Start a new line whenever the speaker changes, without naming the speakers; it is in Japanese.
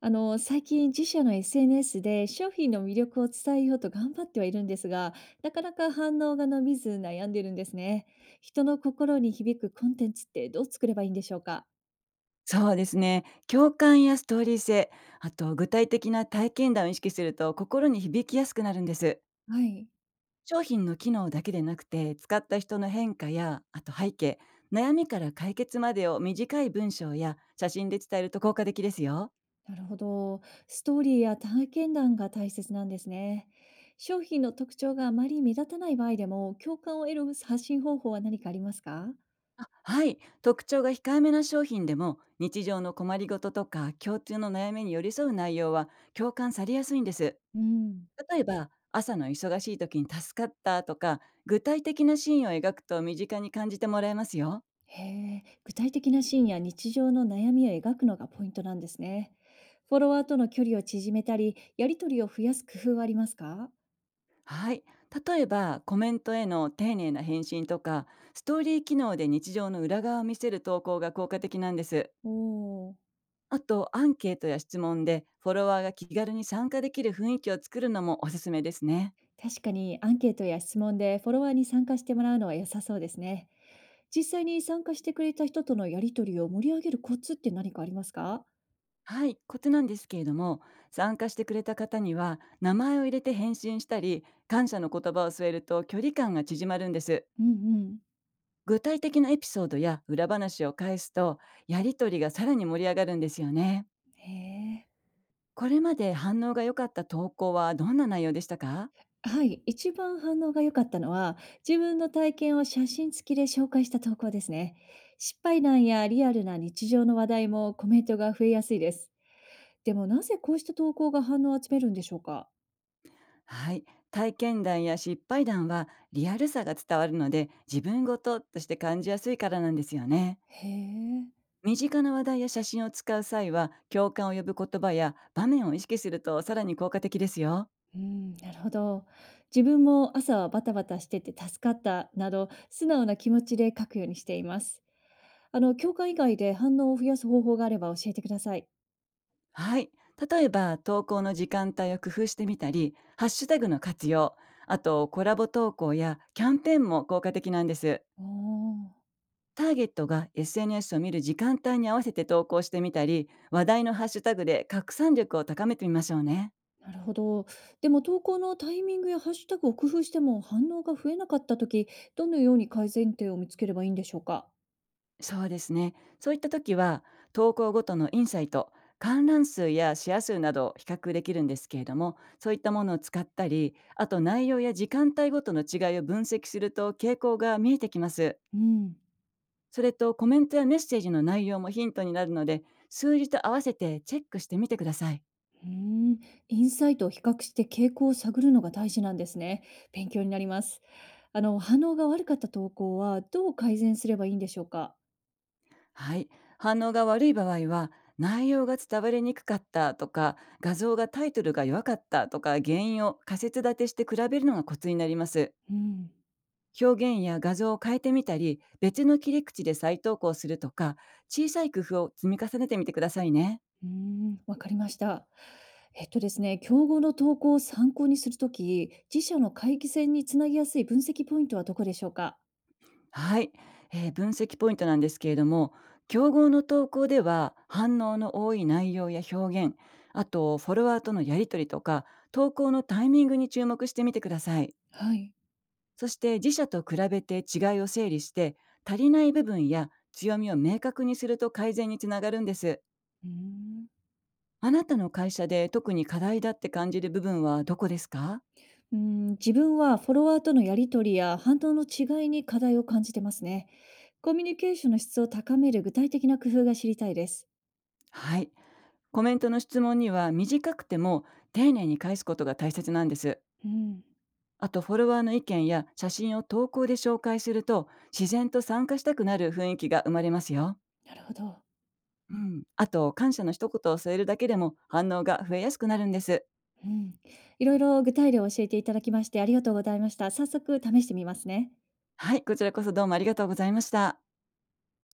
最近自社の SNS で商品の魅力を伝えようと頑張ってはいるんですが、なかなか反応が伸びず悩んでるんですね。人の心に響くコンテンツってどう作ればいいんでしょうか？
そうですね。共感やストーリー性、あと具体的な体験談を意識すると心に響きやすくなるんです。
はい。
商品の機能だけでなくて、使った人の変化や、あと背景、悩みから解決までを短い文章や写真で伝えると効果的ですよ。
なるほど。ストーリーや体験談が大切なんですね。商品の特徴があまり目立たない場合でも、共感を得る発信方法は何かありますか？
あはい。特徴が控えめな商品でも、日常の困りごととか共通の悩みに寄り添う内容は共感されやすいんです。
うん。
例えば、朝の忙しい時に助かったとか、具体的なシーンを描くと身近に感じてもらえますよ。
へえ、具体的なシーンや日常の悩みを描くのがポイントなんですね。フォロワーとの距離を縮めたり、やり取りを増やす工夫はありますか？
はい。例えば、コメントへの丁寧な返信とか、ストーリー機能で日常の裏側を見せる投稿が効果的なんです。
おおー、
あと、アンケートや質問でフォロワーが気軽に参加できる雰囲気を作るのもおすすめですね。
確かにアンケートや質問でフォロワーに参加してもらうのは良さそうですね。実際に参加してくれた人とのやり取りを盛り上げるコツって何かありますか？
はい、コツなんですけれども、参加してくれた方には名前を入れて返信したり、感謝の言葉を添えると距離感が縮まるんです。
うんうん。
具体的なエピソードや裏話を返すと、やりとりがさらに盛り上がるんですよね。
へえ。
これまで反応が良かった投稿はどんな内容でしたか？
はい、一番反応が良かったのは、自分の体験を写真付きで紹介した投稿ですね。失敗談やリアルな日常の話題もコメントが増えやすいです。でもなぜこうした投稿が反応を集めるんでしょうか？
はい。体験談や失敗談はリアルさが伝わるので、自分ごととして感じやすいからなんですよね。
へえ、
身近な話題や写真を使う際は、共感を呼ぶ言葉や場面を意識するとさらに効果的ですよ。
うん、なるほど。自分も朝はバタバタしてて助かったなど、素直な気持ちで書くようにしています。教官以外で反応を増やす方法があれば教えてください。
はい。例えば、投稿の時間帯を工夫してみたり、ハッシュタグの活用、あとコラボ投稿やキャンペーンも効果的なんです。
おー
ターゲットが SNS を見る時間帯に合わせて投稿してみたり、話題のハッシュタグで拡散力を高めてみましょうね。
なるほど。でも投稿のタイミングやハッシュタグを工夫しても反応が増えなかったとき、どのように改善点を見つければいいんでしょうか？
そうですね。そういった時は、投稿ごとのインサイト、観覧数やシェア数などを比較できるんですけれども、そういったものを使ったり、あと内容や時間帯ごとの違いを分析すると傾向が見えてきます。
うん、
それとコメントやメッセージの内容もヒントになるので、数字と合わせてチェックしてみてください。
うーん、インサイトを比較して傾向を探るのが大事なんですね。勉強になります。反応が悪かった投稿はどう改善すればいいんでしょうか？
はい。反応が悪い場合は、内容が伝わりにくかったとか、画像がタイトルが弱かったとか、原因を仮説立てして比べるのがコツになります。
うん、
表現や画像を変えてみたり、別の切り口で再投稿するとか、小さい工夫を積み重ねてみてくださいね。
うーん、わかりました。えっとですね、競合の投稿を参考にするとき、自社の会議戦につなぎやすい分析ポイントはどこでしょうか？
はい、分析ポイントなんですけれども、競合の投稿では反応の多い内容や表現、あとフォロワーとのやり取りとか投稿のタイミングに注目してみてください。
はい。
そして自社と比べて違いを整理して、足りない部分や強みを明確にすると改善につながるんです。
うーん
あなたの会社で特に課題だって感じる部分はどこですか？
うん、自分はフォロワーとのやり取りや反応の違いに課題を感じてますね。コミュニケーションの質を高める具体的な工夫が知りたいです。
はい、コメントの質問には短くても丁寧に返すことが大切なんです。
うん、
あとフォロワーの意見や写真を投稿で紹介すると、自然と参加したくなる雰囲気が生まれますよ。
なるほど。
うん、あと感謝の一言を添えるだけでも反応が増えやすくなるんです。
うん、いろいろ具体例を教えていただきましてありがとうございました。早速試してみますね。
はい、こちらこそどうもありがとうございました。